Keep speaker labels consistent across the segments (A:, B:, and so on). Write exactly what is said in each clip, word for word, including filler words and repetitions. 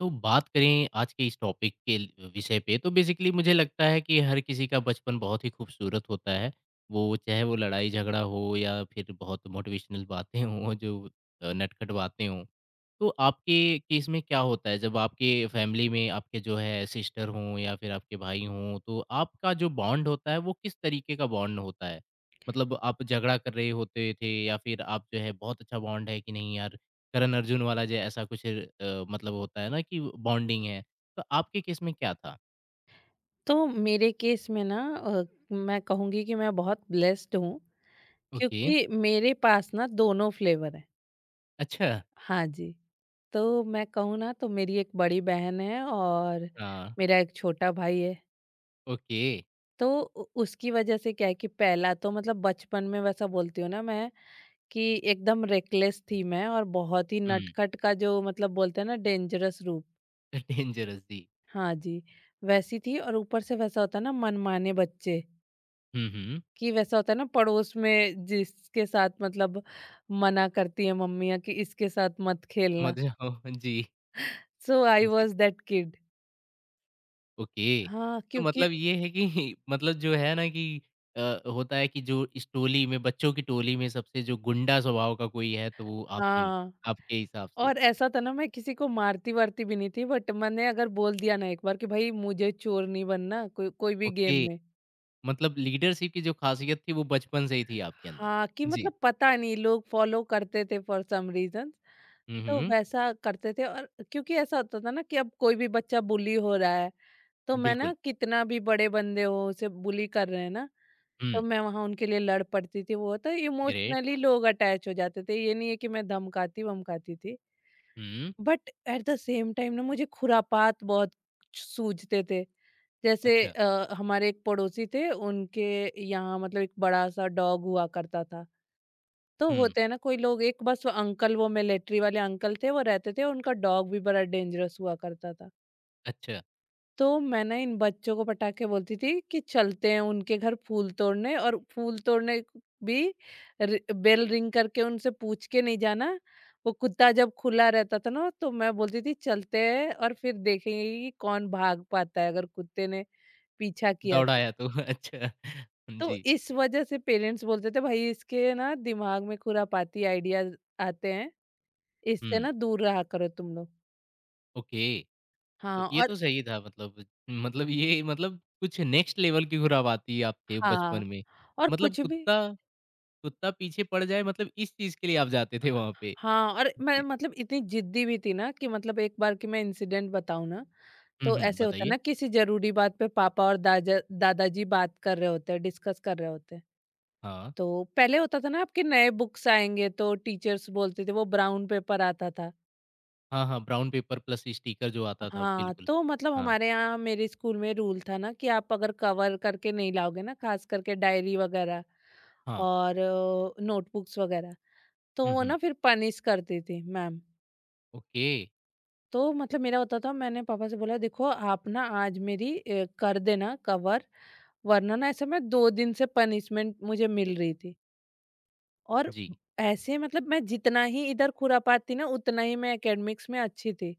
A: तो बात करें आज के इस टॉपिक के ल- विषय पे तो बेसिकली मुझे लगता है कि हर किसी का बचपन बहुत ही खूबसूरत होता है। वो चाहे वो लड़ाई झगड़ा हो या फिर बहुत मोटिवेशनल बातें हों जो अ, नटखट बातें हों। तो आपके केस में क्या होता है जब आपके फैमिली में आपके जो है सिस्टर हों या फिर आपके भाई हों, तो आपका जो बॉन्ड होता है वो किस तरीके का बॉन्ड होता है? मतलब आप झगड़ा कर रहे होते थे या फिर आप जो है बहुत अच्छा बॉन्ड है कि नहीं यार, करण अर्जुन वाला जो ऐसा कुछ अ, मतलब होता है ना कि बॉन्डिंग है। तो आपके केस में क्या था?
B: तो मेरे केस में ना अ, मैं कहूँगी कि मैं बहुत ब्लेस्ड हूँ
A: ओके।
B: क्योंकि मेरे पास ना दोनों फ्लेवर हैं।
A: अच्छा।
B: हाँ जी, तो मैं कहूँ ना तो मेरी एक बड़ी बहन है और
A: हाँ।
B: मेरा एक छोटा भाई है।
A: ओके।
B: तो उ उसकी वजह से क्या है कि पहला तो मतलब बचपन में वैसा बोलती हूँ ना मैं कि एकदम रेकलेस थी मैं और बहुत ही
A: हुँ।
B: नटखट का जो मतलब बोलते हैं ना डेंजरस रूप।
A: डेंजरस जी।
B: हाँ जी, वैसी थी और ऊपर से वैसा होता है ना मनमाने बच्चे।
A: हुँ, हुँ।
B: कि वैसा होता है ना पड़ोस में जिसके साथ मतलब मना करती है मम्मियाँ कि इसके साथ मत खेलना।
A: मत जाओ जी।
B: सो आई
A: जी।
B: Was that kid.
A: ओके।
B: हाँ,
A: तो
B: क्योंकि
A: मतलब ये है कि मतलब जो है ना कि अ, होता है कि जो इस टोली में बच्चों की टोली में सबसे जो गुंडा स्वभाव का कोई है तो वो आप थीं,
B: हाँ,
A: आपके हिसाब से।
B: और ऐसा था ना मैं किसी को मारती-वारती भी नहीं थी बट मैंने अगर बोल दिया ना एक बार कि भाई मुझे चोर नहीं बनना कोई कोई भी
A: ओके,
B: गेम में।
A: मतलब लीडरशिप की जो ख़ासियत थी वो बचपन से ही थी आपके अंदर।
B: हाँ, कि
A: जी।
B: मतलब पता नहीं लोग फ़ॉलो करते थे फॉर सम रीज़न।
A: हुँ,
B: तो
A: हुँ।
B: वैसा करते थे और क्योंकि ऐसा होता था ना कि अब कोई भी बच्चा बुली हो रहा है तो मैं ना
A: बिल्कुल।
B: कितना भी बड़े बंदे हो उसे बुली कर रहे हैं ना, तो
A: हुँ।
B: मैं वहाँ उनके लिए लड़ पड़ती थी वो तो
A: ग्रेट।
B: इमोशनली लोग अटैच हो जाते थे। ये नहीं है कि मैं धमकाती-वमकाती थी।
A: हुँ।
B: But at the same time ना मुझे खुरापात बहुत सूझते थे। जैसे
A: अच्छा।
B: अ, हमारे एक पड़ोसी थे उनके यहाँ मतलब एक बड़ा-सा डॉग हुआ करता था। तो
A: हुँ।
B: होते हैं ना कोई लोग एक बस वो अंकल वो मिलिट्री वाले अंकल थे वो रहते थे उनका डॉग भी बड़ा डेंजरस हुआ करता था।
A: अच्छा।
B: तो मैं ना इन बच्चों को पटाके बोलती थी कि चलते हैं उनके घर फूल तोड़ने और फूल तोड़ने क- भी रि- बेल रिंग करके उनसे पूछ के नहीं जाना। वो कुत्ता जब खुला रहता था ना तो मैं बोलती थी चलते हैं और फिर देखेंगे कि कौन भाग पाता है अगर कुत्ते ने पीछा किया तो।
A: दौड़ाया तो अच्छा।
B: तो
A: जी।
B: इस वजह से पेरेंट्स बोलते थे भाई इसके ना दिमाग में खुरापाती आइडियाज आते हैं इससे
A: हुँ।
B: ना दूर रहा करो तुम लोग।
A: ओके। तो
B: हाँ
A: ये
B: और
A: तो सही था मतलब, मतलब ये मतलब कुछ नेक्स्ट लेवल की खुराबाती आप थे
B: हाँ
A: बचपन में।
B: और
A: मतलब
B: कुछ भी।
A: कुत्ता कुत्ता पीछे पड़ जाए मतलब इस चीज़ के लिए आप जाते थे वहाँ पे।
B: हाँ, और मैं
A: जी।
B: मतलब इतनी ज़िद्दी भी थी ना कि मतलब एक बार की मैं इंसिडेंट बताऊँ ना,
A: हुँ,
B: तो
A: हुँ,
B: ऐसे होता है
A: बताइए?
B: ना किसी ज़रूरी बात पे पापा और दादा दादाजी बात कर रहे होते हैं, डिस्कस कर रहे होते हैं।
A: हाँ।
B: तो पहले होता था ना आपके नए बुक्स आएँगे तो टीचर्स बोलते थे वो ब्राउन पेपर आता था।
A: हाँ, हाँ, ब्राउन पेपर प्लस स्टिकर जो आता था
B: हाँ,
A: बिल्कुल।
B: तो मतलब
A: हाँ,
B: हमारे यहाँ मेरे स्कूल में रूल था ना कि आप अगर कवर करके नहीं लाओगे ना ख़ास करके डायरी वग़ैरह
A: हाँ।
B: और नोटबुक्स वग़ैरह, तो
A: हुँ,
B: वो
A: हुँ।
B: ना फिर पनिश करती थी मैम।
A: ओके।
B: तो मतलब मेरा होता था मैंने पापा से बोला देखो आप ना आज मेरी अ, कर देना कवर वरना ना ऐसे मैं दो दिन से पनिशमेंट मुझे मिल रही थी और
A: जी।
B: ऐसे मतलब मैं जितना ही इधर खुरापात थी ना उतना ही मैं एकेडमिक्स में अच्छी थी।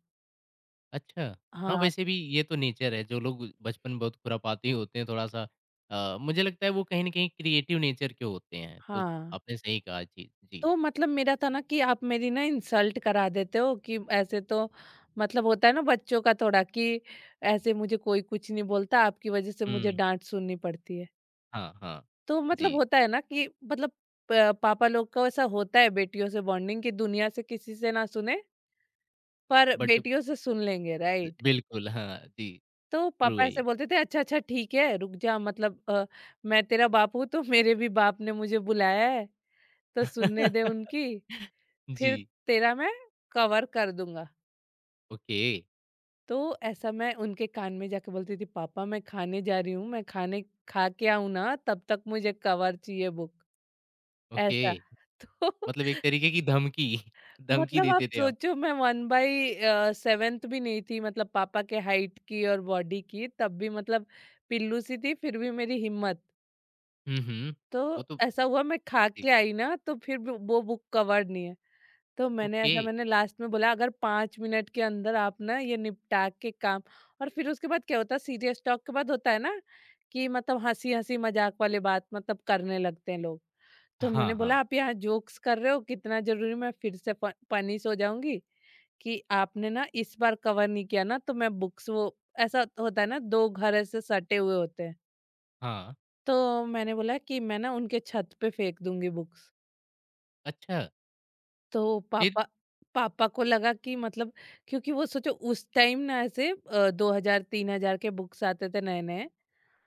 A: अच्छा। हाँ,
B: हाँ।
A: वैसे भी ये तो नेचर है जो लोग बचपन में बहुत खुरापाती होते हैं थोड़ा-सा अ, मुझे लगता है वो कहीं न कहीं क्रिएटिव नेचर के होते हैं। तो
B: हाँ,
A: आपने सही कहा जी, जी।
B: तो मतलब मेरा था ना कि आप मेरी ना इंसल्ट करा देते हो कि ऐसे तो मतलब होता है ना बच्चों का थोड़ा कि ऐसे मुझे कोई कुछ नहीं बोलता आपकी वजह से मुझे
A: हुँ।
B: डांट सुननी पड़ती है।
A: हाँ, हाँ।
B: तो मतलब
A: जी।
B: होता है ना कि मतलब प- पापा लोग का ऐसा होता है बेटियों से बॉन्डिंग कि दुनिया से किसी से ना सुने पर
A: बट
B: बेटियों से सुन लेंगे राइट।
A: बिल्कुल, हाँ जी।
B: तो
A: ट्रू
B: पापा
A: है
B: ऐसे
A: ये।
B: बोलते थे अच्छा अच्छा ठीक है रुक जा मतलब अ, मैं तेरा बाप हूँ तो मेरे भी बाप ने मुझे बुलाया है तो सुनने दे उनकी, फिर
A: जी।
B: तेरा मैं कवर कर दूंगा।
A: ओके।
B: तो ऐसा मैं उनके कान में जाके बोलती थी पापा मैं खाने जा रही हूँ मैं खाने खा के आऊं ना तब तक मुझे कवर चाहिए बुक
A: ओके।
B: ऐसा। तो
A: मतलब एक तरीके की धमकी, धमकी
B: मतलब आप
A: देते थे आप।
B: सोचो मैं वन बाई सेवेंथ भी नहीं थी मतलब पापा के हाइट की और बॉडी की, तब भी मतलब पिल्लू सी थी फिर भी मेरी हिम्मत।
A: हुँ, हुँ।
B: तो
A: वो तो
B: ऐसा हुआ मैं खा
A: जी।
B: के आई ना तो फिर भी वो बुक कवर्ड नहीं है, तो मैंने
A: ओके।
B: ऐसा मैंने लास्ट में बोला अगर पाँच मिनट के अंदर आप ना ये निपटा के काम। और फिर उसके बाद क्या होता है सीरियस टॉक के बाद होता है ना कि मतलब हंसी हंसी मजाक वाली बात मतलब करने लगते हैं लोग, तो
A: हाँ,
B: मैंने
A: हाँ,
B: बोला आप यहाँ जोक्स कर रहे हो कितना जरूरी मैं फिर से पनिश हो जाऊंगी कि आपने ना इस बार कवर नहीं किया ना तो मैं बुक्स वो ऐसा होता है ना दो घर ऐसे सटे हुए होते हैं
A: हाँ।
B: तो मैंने बोला कि मैं ना उनके छत पे फेंक दूंगी बुक्स।
A: अच्छा,
B: तो
A: फिर?
B: पापा पापा को लगा कि मतलब क्योंकि वो सोचो उस टाइम ना ऐसे अ, दो हजार तीन हजार के बुक्स आते थे नए नए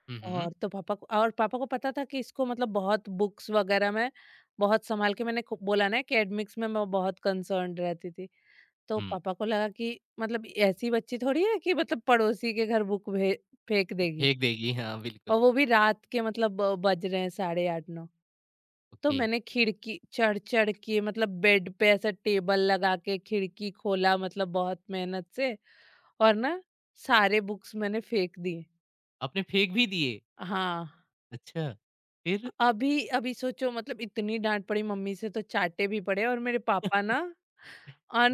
A: हुँ, हुँ,
B: और तो पापा को और पापा को पता था कि इसको मतलब बहुत बुक्स वगैरह में बहुत संभाल के मैंने खु- बोला ना कि एडमिक्स में मैं बहुत कंसर्न रहती थी, तो
A: हुँ।
B: पापा को लगा कि मतलब ऐसी बच्ची थोड़ी है कि मतलब पड़ोसी के घर बुक भे फेंक देगी।
A: फेंक देगी, हाँ, बिल्कुल।
B: और वो भी रात के मतलब अ, बज रहे हैं साढ़े आठ नौ, तो
A: ओके।
B: मैंने खिड़की चढ़-चढ़ के मतलब बेड पे ऐसा टेबल लगा के खिड़की खोला मतलब बहुत मेहनत से और ना सारे बुक्स मैंने फेंक दिए।
A: आपने फेंक भी दिए?
B: हाँ,
A: अच्छा, फिर?
B: अभी अभी सोचो मतलब इतनी डाँट पड़ी मम्मी से तो चाटे भी पड़े और मेरे पापा ना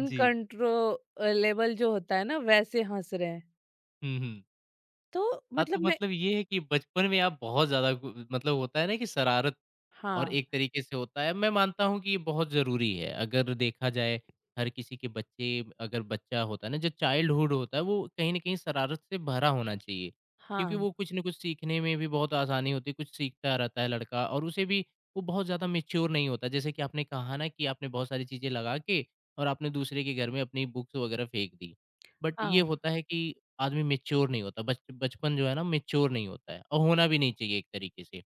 A: जी।
B: जो होता है ना वैसे हँस रहे हैं।
A: हुँ, हुँ।
B: तो
A: हाँ, तो
B: मतलब।
A: मतलब ये है कि बचपन में आप बहुत ज़्यादा गु मतलब होता है ना कि शरारत और
B: हाँ,
A: एक तरीके से होता है, मैं मानता हूँ कि ये बहुत ज़रूरी है। अगर देखा जाए हर किसी के बच्चे, अगर बच्चा होता है ना, जो चाइल्डहुड होता है वो कहीं न कहीं शरारत से भरा होना चाहिए। क्योंकि
B: हाँ,
A: वो कुछ न कुछ सीखने में भी बहुत आसानी होती है, कुछ सीखता रहता है लड़का और उसे भी वो बहुत ज़्यादा मैच्योर नहीं होता। जैसे कि आपने कहा ना कि आपने बहुत सारी चीज़ें लगा के, और आपने दूसरे के घर में अपनी बुक्स वग़ैरह फेंक दी। बट ये
B: हाँ,
A: होता है कि आदमी मैच्योर नहीं होता, बच बचपन जो है ना मैच्योर नहीं होता है और होना भी नहीं चाहिए एक तरीके से।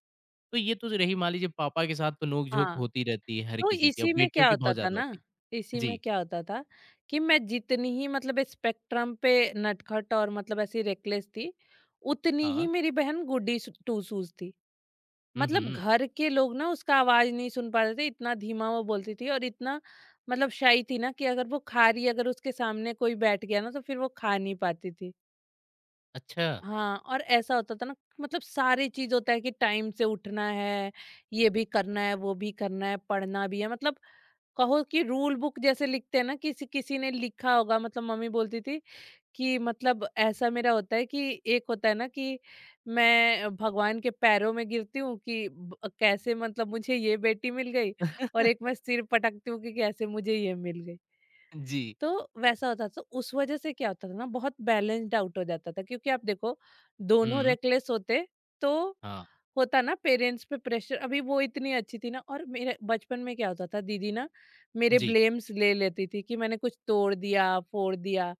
A: तो ये तो रही, मान लीजिए पापा के साथ तो नोक-झोक
B: हाँ।
A: होती रहती है हर
B: तो
A: किसी की,
B: इसी
A: अब
B: में
A: बेटियों
B: क्या
A: की
B: होता
A: बहुत
B: था
A: ज़्यादा
B: ना
A: होती है।
B: इसी में
A: जी।
B: क्या होता था कि मैं जितनी ही मतलब स्पेक्ट्रम पे नटखट और मतलब ऐसी रेकलेस थी, उतनी ही
A: हाँ।
B: मेरी बहन गुड्डी स टू शूज़ थी।
A: हुँ,
B: मतलब
A: हुँ।
B: घर के लोग ना उसका आवाज़ नहीं सुन पा रहे थे, इतना धीमा वो बोलती थी और इतना मतलब शाई थी ना कि अगर वो खा रही है, अगर उसके सामने कोई बैठ गया ना तो फिर वो खा नहीं पाती थी।
A: अच्छा।
B: हाँ और ऐसा होता था ना मतलब सारी चीज होता है कि टाइम से उठना है ये भी करना है वो भी करना है पढ़ना भी है मतलब कहो कि रूल बुक जैसे लिखते हैं ना किसी किसी ने लिखा होगा मतलब मम्मी बोलती थी कि मतलब ऐसा मेरा होता है कि एक होता है ना कि मैं भगवान के पैरों में गिरती हूँ कि ब- कैसे मतलब मुझे ये बेटी मिल गई और एक मैं सिर पटकती हूँ कि कैसे मुझे ये मिल गई।
A: जी।
B: तो वैसा होता था तो उस वजह से क्या होता था ना बहुत बैलेंस्ड आउट हो जाता था क्योंकि आप देखो दोनों
A: हुँ।
B: रेकलेस होते तो
A: हाँ।
B: होता ना पेरेंट्स पे प्रेशर। अभी वो इतनी अच्छी थी ना और मेरे बचपन में क्या होता था दीदी ना मेरे
A: जी।
B: ब्लेम्स ले लेती थी कि मैंने कुछ तोड़ दिया फोड़ दिया,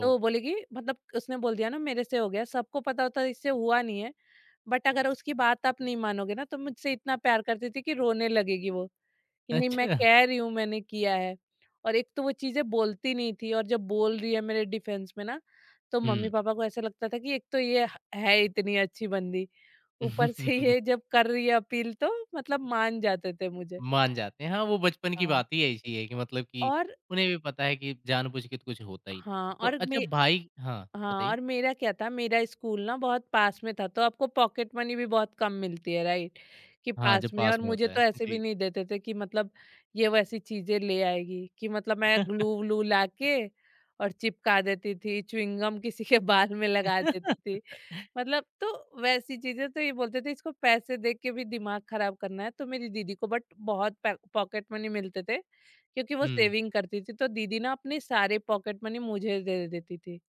B: तो वो बोलेगी मतलब उसने बोल दिया ना मेरे से हो गया सबको पता होता इससे हुआ नहीं है बट अगर उसकी बात आप नहीं मानोगे ना तो मुझसे इतना प्यार करती थी कि रोने लगेगी वो कि नहीं मैं
A: अच्छा।
B: कह रही हूँ मैंने किया है। और एक तो वो चीज़ें बोलती नहीं थी और जब बोल रही है मेरे डिफेंस में ना, तो
A: हुँ।
B: मम्मी-पापा को ऐसा लगता था कि एक तो ये ह है इतनी अच्छी बंदी, ऊपर से ये जब कर रही है अपील तो मतलब मान जाते थे मुझे।
A: मान जाते हैं। हाँ, वो बचपन की
B: हाँ,
A: बात ही ऐसी है कि मतलब कि
B: और
A: उन्हें भी पता है कि जानबूझ के तो कुछ होता ही नहीं
B: हाँ,
A: है। तो
B: और
A: अच्छा
B: मे
A: भाई, हाँ,
B: हाँ
A: बताइए?
B: और मेरा क्या था मेरा स्कूल ना बहुत पास में था तो आपको पॉकेट मनी भी बहुत कम मिलती है राइट कि
A: हाँ,
B: पास
A: जब
B: में
A: पास
B: और
A: में होता
B: मुझे
A: है।
B: तो ऐसे भी
A: जी।
B: नहीं देते थे कि मतलब ये वैसी चीजें ले आएगी कि मतलब मैं ग्लू व्लू ला के और चिपका देती थी च्युइंगम किसी के बाल में लगा देती थी मतलब। तो वैसी चीजें तो ये बोलते थे इसको पैसे देख के भी दिमाग खराब करना है तो मेरी दीदी को बट बहुत पॉकेट मनी मिलते थे क्योंकि वो
A: हुँ।
B: सेविंग करती थी तो दीदी ना अपने सारे पॉकेट मनी मुझे दे देती थी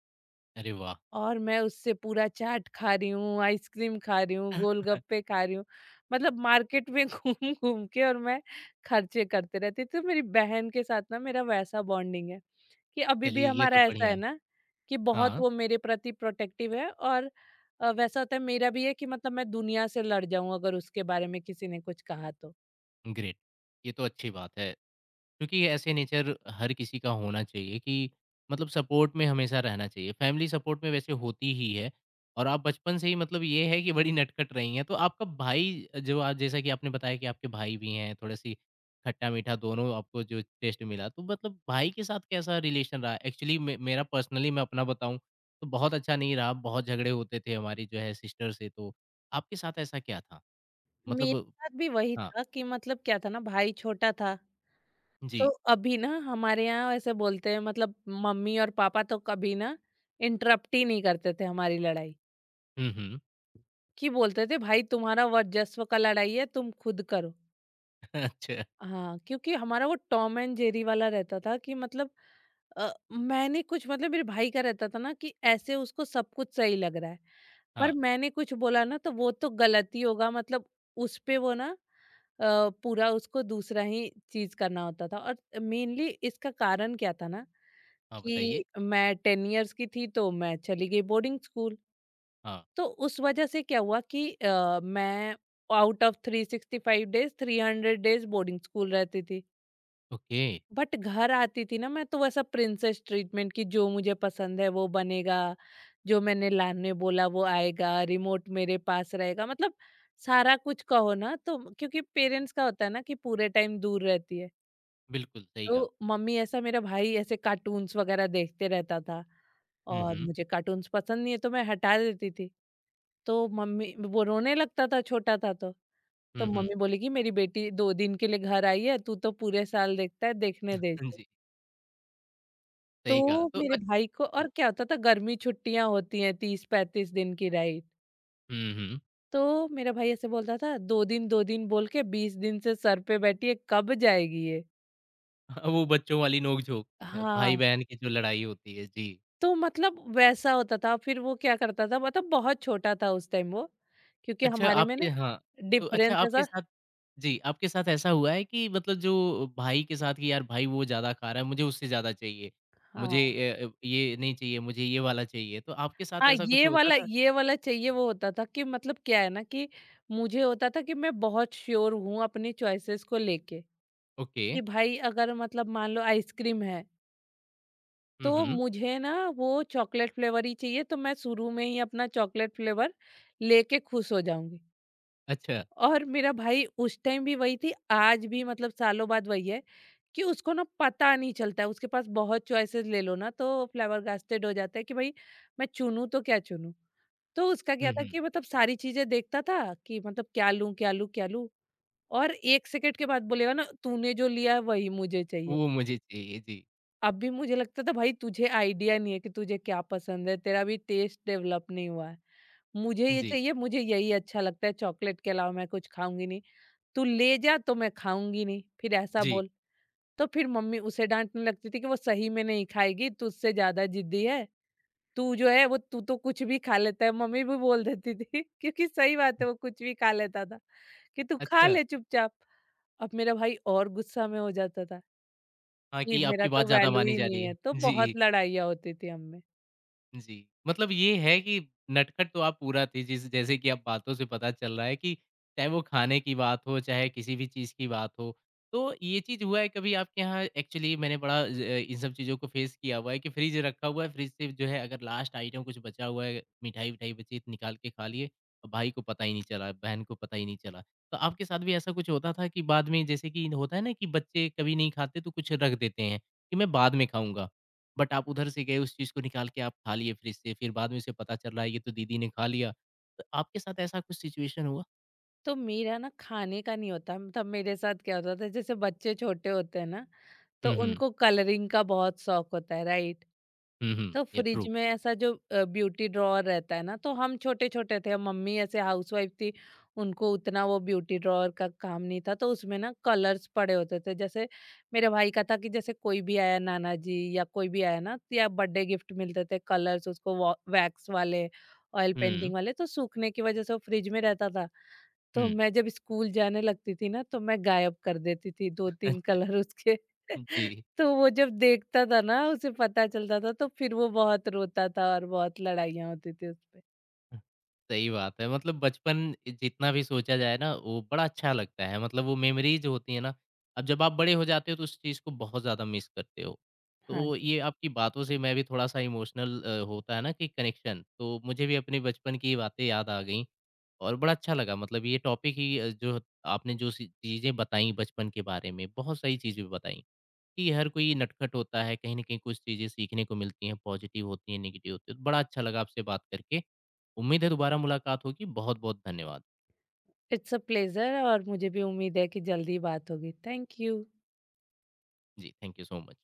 A: अरे वाह!
B: और मैं उससे पूरा चाट खा रही हूँ, आइसक्रीम खा रही हूँ, गोलगप्पे खा रही हूँ। मतलब मार्केट में घूम घूम के और मैं खर्चे करते रहती थी। तो मेरी बहन के साथ ना मेरा वैसा बॉन्डिंग है कि अभी भी
A: चलिए ये तो
B: हमारा ऐसा
A: बढ़िया
B: है
A: है।
B: ना कि बहुत
A: हाँ।
B: वो मेरे प्रति प्रोटेक्टिव है और अ, वैसा होता है मेरा भी है कि मतलब मैं दुनिया से लड़ जाऊँ अगर उसके बारे में किसी ने कुछ कहा तो।
A: ग्रेट। ये तो अच्छी बात है। क्योंकि ऐसे नेचर हर किसी का होना चाहिए कि मतलब सपोर्ट में हमेशा रहना चाहिए। फैमिली सपोर्ट में वैसे होती ही है और आप बचपन से ही मतलब ये है कि बड़ी नटखट रही हैं। तो आपका भाई जो आज जैसा कि आपने बताया कि आपके भाई भी हैं, थोड़ी-सी खट्टा-मीठा दोनों आपको जो टेस्ट मिला, तो मतलब भाई के साथ कैसा रिलेशन रहा? एक्चुअली मे मेरा पर्सनली मैं अपना बताऊँ तो बहुत अच्छा नहीं रहा, बहुत झगड़े होते थे हमारी जो है सिस्टर से तो। आपके साथ ऐसा क्या था?
B: मेरे
A: मतलब।
B: साथ भी वही
A: हाँ।
B: था कि मतलब क्या था ना भाई छोटा था,
A: जी।
B: तो अभी ना हमारे यहाँ ऐसे बोलते हैं मतलब मम्मी और पापा तो कभी ना इंटरप्ट ही नहीं करते थे हमारी लड़ाई
A: हुँ, हुँ।
B: कि बोलते थे भाई तुम्हारा वर्चस्व का लड़ाई है तुम खुद करो।
A: अच्छा।
B: हाँ क्योंकि हमारा वो टॉम एंड जेरी वाला रहता था कि मतलब अ, मैंने कुछ मतलब मेरे भाई का रहता था ना कि ऐसे उसको सब कुछ सही लग रहा है पर
A: हाँ,
B: मैंने कुछ बोला ना तो वो तो गलत ही होगा मतलब उस पे वो ना अ, पूरा उसको दूसरा ही चीज करना होता था और मेनली इसका कारण क्या था ना
A: हाँ
B: कि
A: बताइए।
B: मैं 10 इयर्स की थी तो मैं चली गई बोर्डिंग स्कूल।
A: हाँ।
B: तो उस वजह से क्या हुआ कि अ, मैं out of 365 days 300 days boarding school रहती थी।
A: ओके।
B: बट घर आती थी ना मैं, तो वैसा प्रिंसेस ट्रीटमेंट कि जो मुझे पसंद है वो बनेगा, जो मैंने लाने बोला वो आएगा, रिमोट मेरे पास रहेगा, मतलब सारा कुछ कहो ना, तो क्योंकि पेरेंट्स का होता है ना कि पूरे टाइम दूर रहती है।
A: बिल्कुल, सही कहा।
B: तो मम्मी, ऐसा मेरा भाई ऐसे कार्टून्स वगैरह देखते रहता था,
A: हुँ,
B: और
A: हुँ।
B: मुझे कार्टून्स पसंद नहीं है तो मैं हटा देती थी। तो मम्मी, वो रोने लगता था, छोटा था तो। तो
A: हुँ, हुँ।
B: मम्मी बोली कि मेरी बेटी 2 दिन के लिए घर आई है, तू तो पूरे साल देखता है, देखने दे
A: हाँ
B: इसे।
A: जी,
B: तो
A: सही कहा। तो
B: मेरे
A: अच
B: भाई को और क्या होता था, गर्मी छुट्टियाँ होती हैं 30-35 दिन की, राइट।
A: हुँ, हुँ।
B: तो मेरा भाई ऐसे बोलता था, 2 दिन 2 दिन बोल के 20 दिन से सर पे बैठी है, कब जाएगी ये?
A: हाँ, वो बच्चों वाली नोक-झोंक, अ,
B: हाँ।
A: भाई-बहन की जो लड़ाई होती है, जी।
B: तो मतलब वैसा होता था, फिर वो क्या करता था, मतलब बहुत छोटा था उस टाइम वो, क्योंकि
A: अच्छा
B: हमारे में ना
A: आपके, हाँ। तो अच्छा
B: डिफरेंस
A: आपके
B: ऐसा।
A: साथ, जी, आपके साथ ऐसा हुआ है कि मतलब जो भाई के साथ कि यार भाई वो ज़्यादा खा रहा है, मुझे उससे ज़्यादा चाहिए,
B: हाँ
A: मुझे अ अ, ये नहीं चाहिए, मुझे ये वाला चाहिए, तो आपके साथ
B: हाँ,
A: ऐसा कुछ
B: ये
A: होता
B: वाला
A: था?
B: ये वाला चाहिए, वो होता था कि मतलब क्या है ना कि मुझे होता था कि मैं बहुत श्योर हूँ अपनी चॉइसेस को लेके,
A: ओके।
B: कि भाई अगर मतलब मान लो आइसक्रीम है
A: हुँ,
B: तो
A: हुँ।
B: मुझे ना वो चॉकलेट फ्लेवर ही चाहिए, तो मैं शुरू में ही अपना चॉकलेट फ्लेवर लेके खुश हो जाऊंगी।
A: अच्छा।
B: और मेरा भाई उस टाइम भी वही थी, आज भी, मतलब सालों बाद वही है कि उसको ना पता नहीं चलता है। उसके पास बहुत चॉइसेस ले लो ना, तो flabbergasted हो जाता है कि भाई मैं चुनूँ तो क्या चुनूँ? तो उसका
A: हुँ,
B: क्या था
A: हुँ।
B: कि मतलब सारी चीज़ें देखता था, कि मतलब क्या लूँ, क्या लूँ, क्या लूँ? और 1 सेकंड के बाद बोलेगा ना, तूने जो लिया है वही मुझे चाहिए।
A: वो मुझे चाहिए, जी।
B: अब भी मुझे लगता था, भाई तुझे आइडिया नहीं है कि तुझे क्या पसंद है, तेरा अभी टेस्ट डेवलप नहीं हुआ है। मुझे ये
A: जी,
B: चाहिए, मुझे यही अच्छा लगता है, चॉकलेट के अलावा मैं कुछ खाऊँगी नहीं। तू ले जा तो मैं खाऊंगी नहीं, फिर ऐसा
A: जी।
B: बोल। तो फिर मम्मी उसे डाँटने लगती थी कि वो सही में नहीं खाएगी, तुझसे ज़्यादा ज़िद्दी है। तू जो है वो, तू तो कुछ भी खा लेता है, मम्मी भी बोल देती थी क्योंकि सही बात
A: हुँ।
B: है, वो कुछ भी खा लेता था, कि तू खा
A: अच्छा।
B: ले चुपचाप। अब मेरा भाई और गुस्सा में हो जाता था
A: हाँ,
B: कि
A: कि
B: मेरा
A: आपकी बात
B: तो
A: ज़्यादा
B: वैल्यू
A: मानी
B: ही
A: जा रही
B: नहीं है, तो
A: है। जी,
B: बहुत लड़ाइयाँ होती थी हम में।
A: जी। मतलब ये है कि नटखट तो आप पूरा थे, जिस जैसे कि आप बातों से पता चल रहा है कि चाहे वो खाने की बात हो, चाहे किसी भी चीज़ की बात हो। तो ये चीज़ हुआ है कभी आपके यहाँ, एक्चुअली मैंने बड़ा ज इन सब चीज़ों को फेस किया हुआ है कि फ्रिज रखा हुआ है, फ्रिज से जो है अगर लास्ट आइटम कुछ बचा हुआ है, मिठाई-विठाई बची है तो निकाल के खा लिए और भाई को पता ही नहीं चला, बहन को पता ही नहीं चला। तो आपके साथ भी ऐसा कुछ होता था कि बाद में जैसे कि होता है ना कि बच्चे कभी नहीं खाते तो कुछ रख देते हैं, कि मैं बाद में खाऊँगा। बट आप उधर से गए उस चीज़ को निकाल के आप खा लिए फ्रिज से, फिर बाद में उसे पता चल रहा है ये तो दीदी ने खा लिया। तो आपके साथ ऐसा कुछ सिचुएशन हुआ?
B: तो मेरा ना खाने का नहीं होता, तब मेरे साथ क्या होता था, जैसे बच्चे छोटे होते हैं ना तो
A: हुँ, हुँ।
B: उनको कलरिंग का बहुत शौक होता है, राइट।
A: हुँ, हुँ।
B: तो
A: ये
B: फ्रिज
A: ट्रू।
B: में ऐसा जो ब्यूटी ड्रॉअर रहता है ना, तो हम छोटे छोटे थे, मम्मी ऐसे हाउसवाइफ थी, उनको उतना वो ब्यूटी ड्रॉअर का काम नहीं था, तो उसमें ना कलर्स पड़े होते थे, जैसे मेरे भाई का था कि जैसे कोई भी आया, नाना जी या कोई भी आया ना, या बर्थडे गिफ्ट मिलते थे कलर्स उसको, वैक्स वाले, ऑयल
A: हुँ,
B: पेंटिंग वाले, तो सूखने की वजह से वो फ्रिज में रहता था। तो
A: हुँ।
B: मैं जब स्कूल जाने लगती थी ना, तो मैं गायब कर देती थी 2-3
A: अच्छा।
B: कलर उसके।
A: जी।
B: तो वो जब देखता था ना, उसे पता चलता था, तो फिर वो बहुत रोता था, और बहुत लड़ाइयाँ होती थी उस पे।
A: सही बात है। मतलब बचपन जितना भी सोचा जाए ना, वो बड़ा अच्छा लगता है। मतलब वो मेमोरीज़ होती है ना, अब जब आप बड़े हो जाते हो तो उस चीज़ को बहुत ज़्यादा मिस करते हो।
B: हाँ
A: तो
B: जी।
A: ये आपकी बातों से मैं भी थोड़ा-सा इमोशनल अ, होता है ना कि कनेक्शन, तो मुझे भी अपने बचपन की बातें याद आ गईं और बड़ा अच्छा लगा। मतलब ये टॉपिक ही अ, जो आपने जो सी चीज़ें बताईं बचपन के बारे में, बहुत सही चीज़ें बताईं। कि हर कोई नटखट होता है, कहीं न कहीं कुछ चीज़ें सीखने को मिलती हैं, पॉजिटिव होती हैं, नेगेटिव होती हैं। तो बड़ा अच्छा लगा आपसे बात करके। उम्मीद है दोबारा मुलाकात होगी। बहुत-बहुत धन्यवाद।
B: इट्स अ प्लेज़र, और मुझे भी उम्मीद है कि जल्दी बात होगी। Thank you.
A: जी, थैंक यू सो मच।